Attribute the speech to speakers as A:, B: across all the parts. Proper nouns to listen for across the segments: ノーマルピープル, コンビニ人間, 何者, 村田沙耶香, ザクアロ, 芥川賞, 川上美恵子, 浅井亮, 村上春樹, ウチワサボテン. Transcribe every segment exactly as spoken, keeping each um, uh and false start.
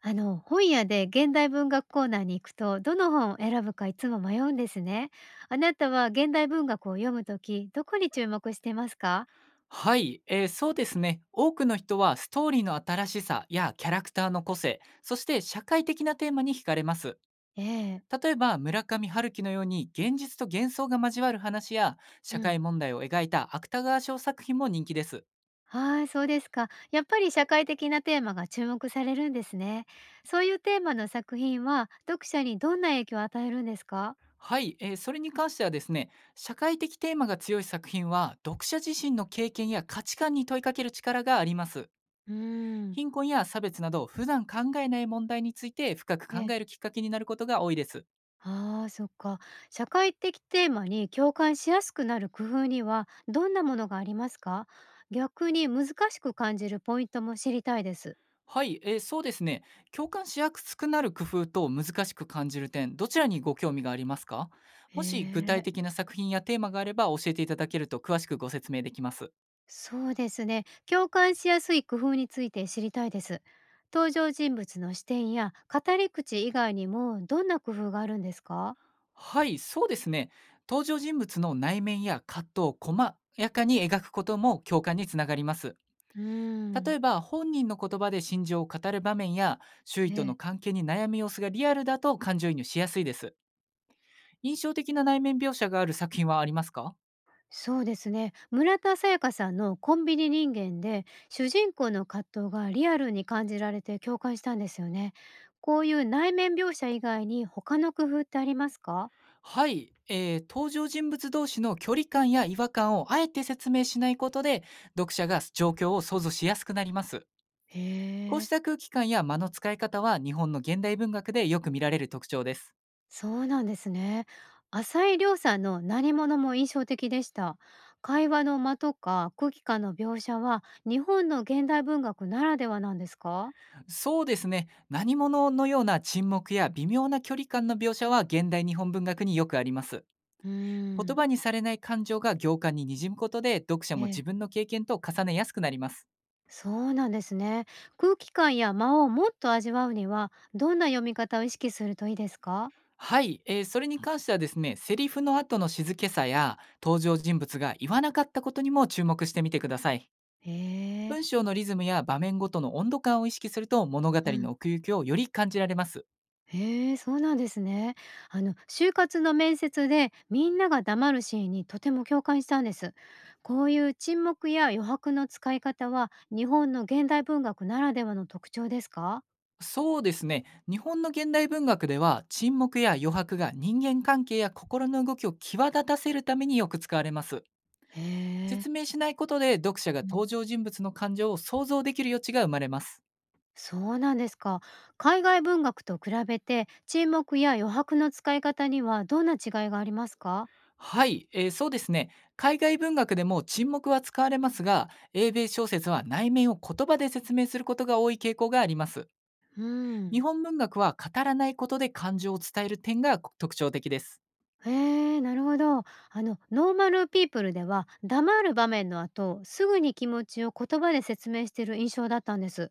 A: あの、本屋で現代文学コーナーに行くと、どの本を選ぶかいつも迷うんですね。あなたは現代文学を読むとき、どこに注目してますか？
B: はい、えー、そうですね。多くの人はストーリーの新しさやキャラクターの個性、そして社会的なテーマに惹かれます。
A: ええ、
B: 例えば村上春樹のように現実と幻想が交わる話や
A: う
B: 社
A: ん。
B: 会問題を描いた芥川賞作品も人気です。
A: はい、そうですか。やっぱり社会的なテーマが注目されるんですね。そういうテーマの作品は読者にどんな影響を与えるんですか？
B: はい、えー、それに関してはですね、社会的テーマが強い作品は読者自身の経験や価値観に問いかける力があります。
A: うーん。
B: 貧困や差別など普段考えない問題について深く
A: え
B: 考え
A: え、
B: るきっかけになることが多いです。
A: ああ、そっか。社会的テーマに共感しやすくなる工夫にはどんなものがありますか？逆に難しく感じるポイントも知りたいです。
B: はい、えー、そうですね。共感しやすくなる工夫と難しく感じる点、どちらにご興味がありますか？
A: へ
B: もし具体
A: え。
B: 的な作品やテーマがあれば教えていただけると詳しくご説明できます。
A: そうですね。共感しやすい工夫について知りたいです。登場人物の視点や語り口以外にもどんな工夫があるんですか？
B: はい、そうですね。登場人物の内面や葛藤を細やかに描くことも共感につながります。
A: うー
B: 例
A: ん。
B: えば、本人の言葉で心情を語る場面や、周囲と
A: え
B: の
A: え、
B: 関係に悩む様子がリアルだと感情移入しやすいです。印象的な内面描写がある作品はありますか？
A: そうですね、村田沙耶香さんの「コンビニ人間」で主人公の葛藤がリアルに感じられて共感したんですよね。こういう内面描写以外に他の工夫ってありますか？
B: はい、えー登場人物同士の距離感や違和感をあえて説明しないことで読者が状況を想像しやすくなります。
A: へ
B: こうし
A: え。
B: た空気感や間の使い方は日本の現代文学でよく見られる特徴です。
A: そうなんですね。浅井亮さんの何者も印象的でした。会話の間とか空気感の描写は日本の現代文学ならではなんですか？
B: そうですね、何者のような沈黙や微妙な距離感の描写は現代日本文学によくあります。
A: うー
B: 言
A: ん。
B: 葉にされない感情が行間に滲むことで読者も自
A: ねえ、
B: 分の経験と重ねやすくなります。
A: そうなんですね。空気感や間をもっと味わうには、どんな読み方を意識するといいですか？
B: はい、えーそれに関してはですね、セリフの後の静けさや登場人物が言わなかったことにも注目してみてください。
A: へえ。
B: 文章のリズムや場面ごとの温度感を意識すると物語
A: うん。
B: の奥行きをより感じられます。
A: へえ、そうなんですね。あの、就活の面接でみんなが黙るシーンにとても共感したんです。こういう沈黙や余白の使い方は、日本の現代文学ならではの特徴ですか？
B: そうですね、日本の現代文学では沈黙や余白が人間関係や心の動きを際立たせるためによく使われます。
A: へえ。
B: 説明しないことで読者が
A: うん。
B: 登場人物の感情を想像できる余地が生まれます。
A: そうなんですか。海外文学と比べて、沈黙や余白の使い方にはどんな違いがありますか？
B: はい、えーそうですね。海外文学でも沈黙は使われますが、英米小説は内面を言葉で説明することが多い傾向があります。
A: う
B: 日
A: ん。
B: 本文学は語らないことで感情を伝える点が特徴的です。
A: へえ、なるほど。あの、ノーマルピープルでは、黙る場面の後、すぐに気持ちを言葉で説明している印象だったんです。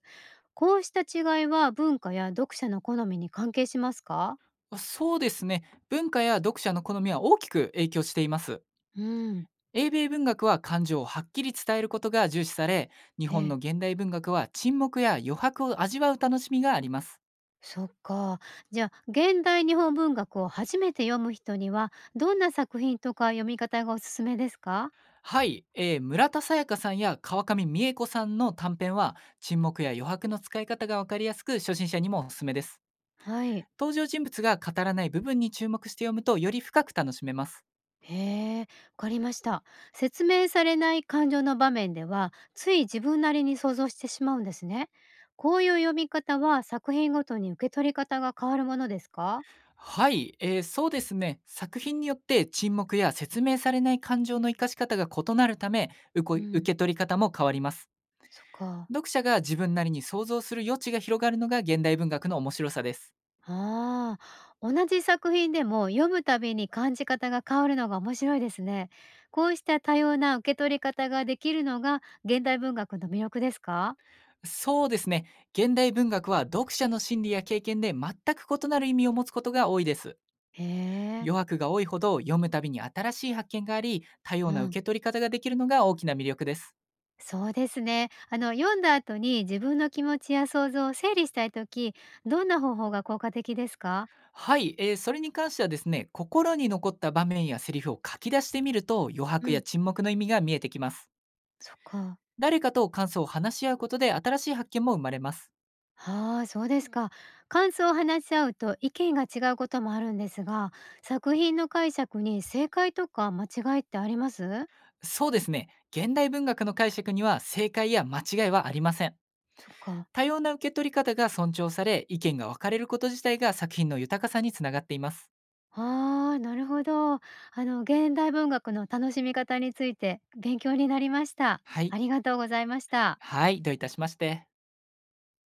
A: こうした違いは文化や読者の好みに関係しますか？
B: そうですね。文化や読者の好みは大きく影響しています。
A: うん。
B: 英米文学は感情をはっきり伝えることが重視され、日
A: え
B: 本の
A: え。
B: 現代文学は沈黙や余白を味わう楽しみがあります。
A: そっか。じゃあ、現代日本文学を初めて読む人には、どんな作品とか読み方がおすすめですか？
B: はい、えー、村田沙耶香さんや川上美恵子さんの短編は沈黙や余白の使い方がわかりやすく初心者にもおすすめです。
A: はい。
B: 登場人物が語らない部分に注目して読むとより深く楽しめます。
A: へえ、わかりました。説明されない感情の場面では、つい自分なりに想像してしまうんですね。こういう読み方は作品ごとに受け取り方が変わるものですか？
B: はい、えー、そうですね、作品によって沈黙や説明されない感情の生かし方が異なるため、受こ
A: う
B: 受
A: ん、
B: け取り方も変わります。
A: そっか。
B: 読者が自分なりに想像する余地が広がるのが現代文学の面白さです。
A: ああ、同じ作品でも読むたびに感じ方が変わるのが面白いですね。こうした多様な受け取り方ができるのが現代文学の魅力ですか？
B: そうですね。現代文学は読者の心理や経験で全く異なる意味を持つことが多いです。
A: へえ、
B: 余白が多いほど読むたびに新しい発見があり、多様
A: う
B: な
A: ん。
B: 受け取り方ができるのが大きな魅力です。
A: そうですね。あの、読んだ後に自分の気持ちや想像を整理したいとき、どんな方法が効果的ですか？
B: はい、えーそれに関してはですね、心に残った場面やセリフを書き出してみると余
A: う
B: 白や
A: ん、
B: 沈黙の意味が見えてきます。
A: そっか。
B: 誰かと感想を話し合うことで新しい発見も生まれます。
A: はあ、そうですか。感想を話し合うと意見が違うこともあるんですが、作品の解釈に正解とか間違いってあります
B: そうですね、現代文学の解釈には正解や間違いはありません。
A: そっか。
B: 多様な受け取り方が尊重され、意見が分かれること自体が作品の豊かさにつながっています。
A: ああ、なるほど。あの、現代文学の楽しみ方について勉強になりました。
B: はい。
A: ありがとうございました。
B: はい、どういたしまして。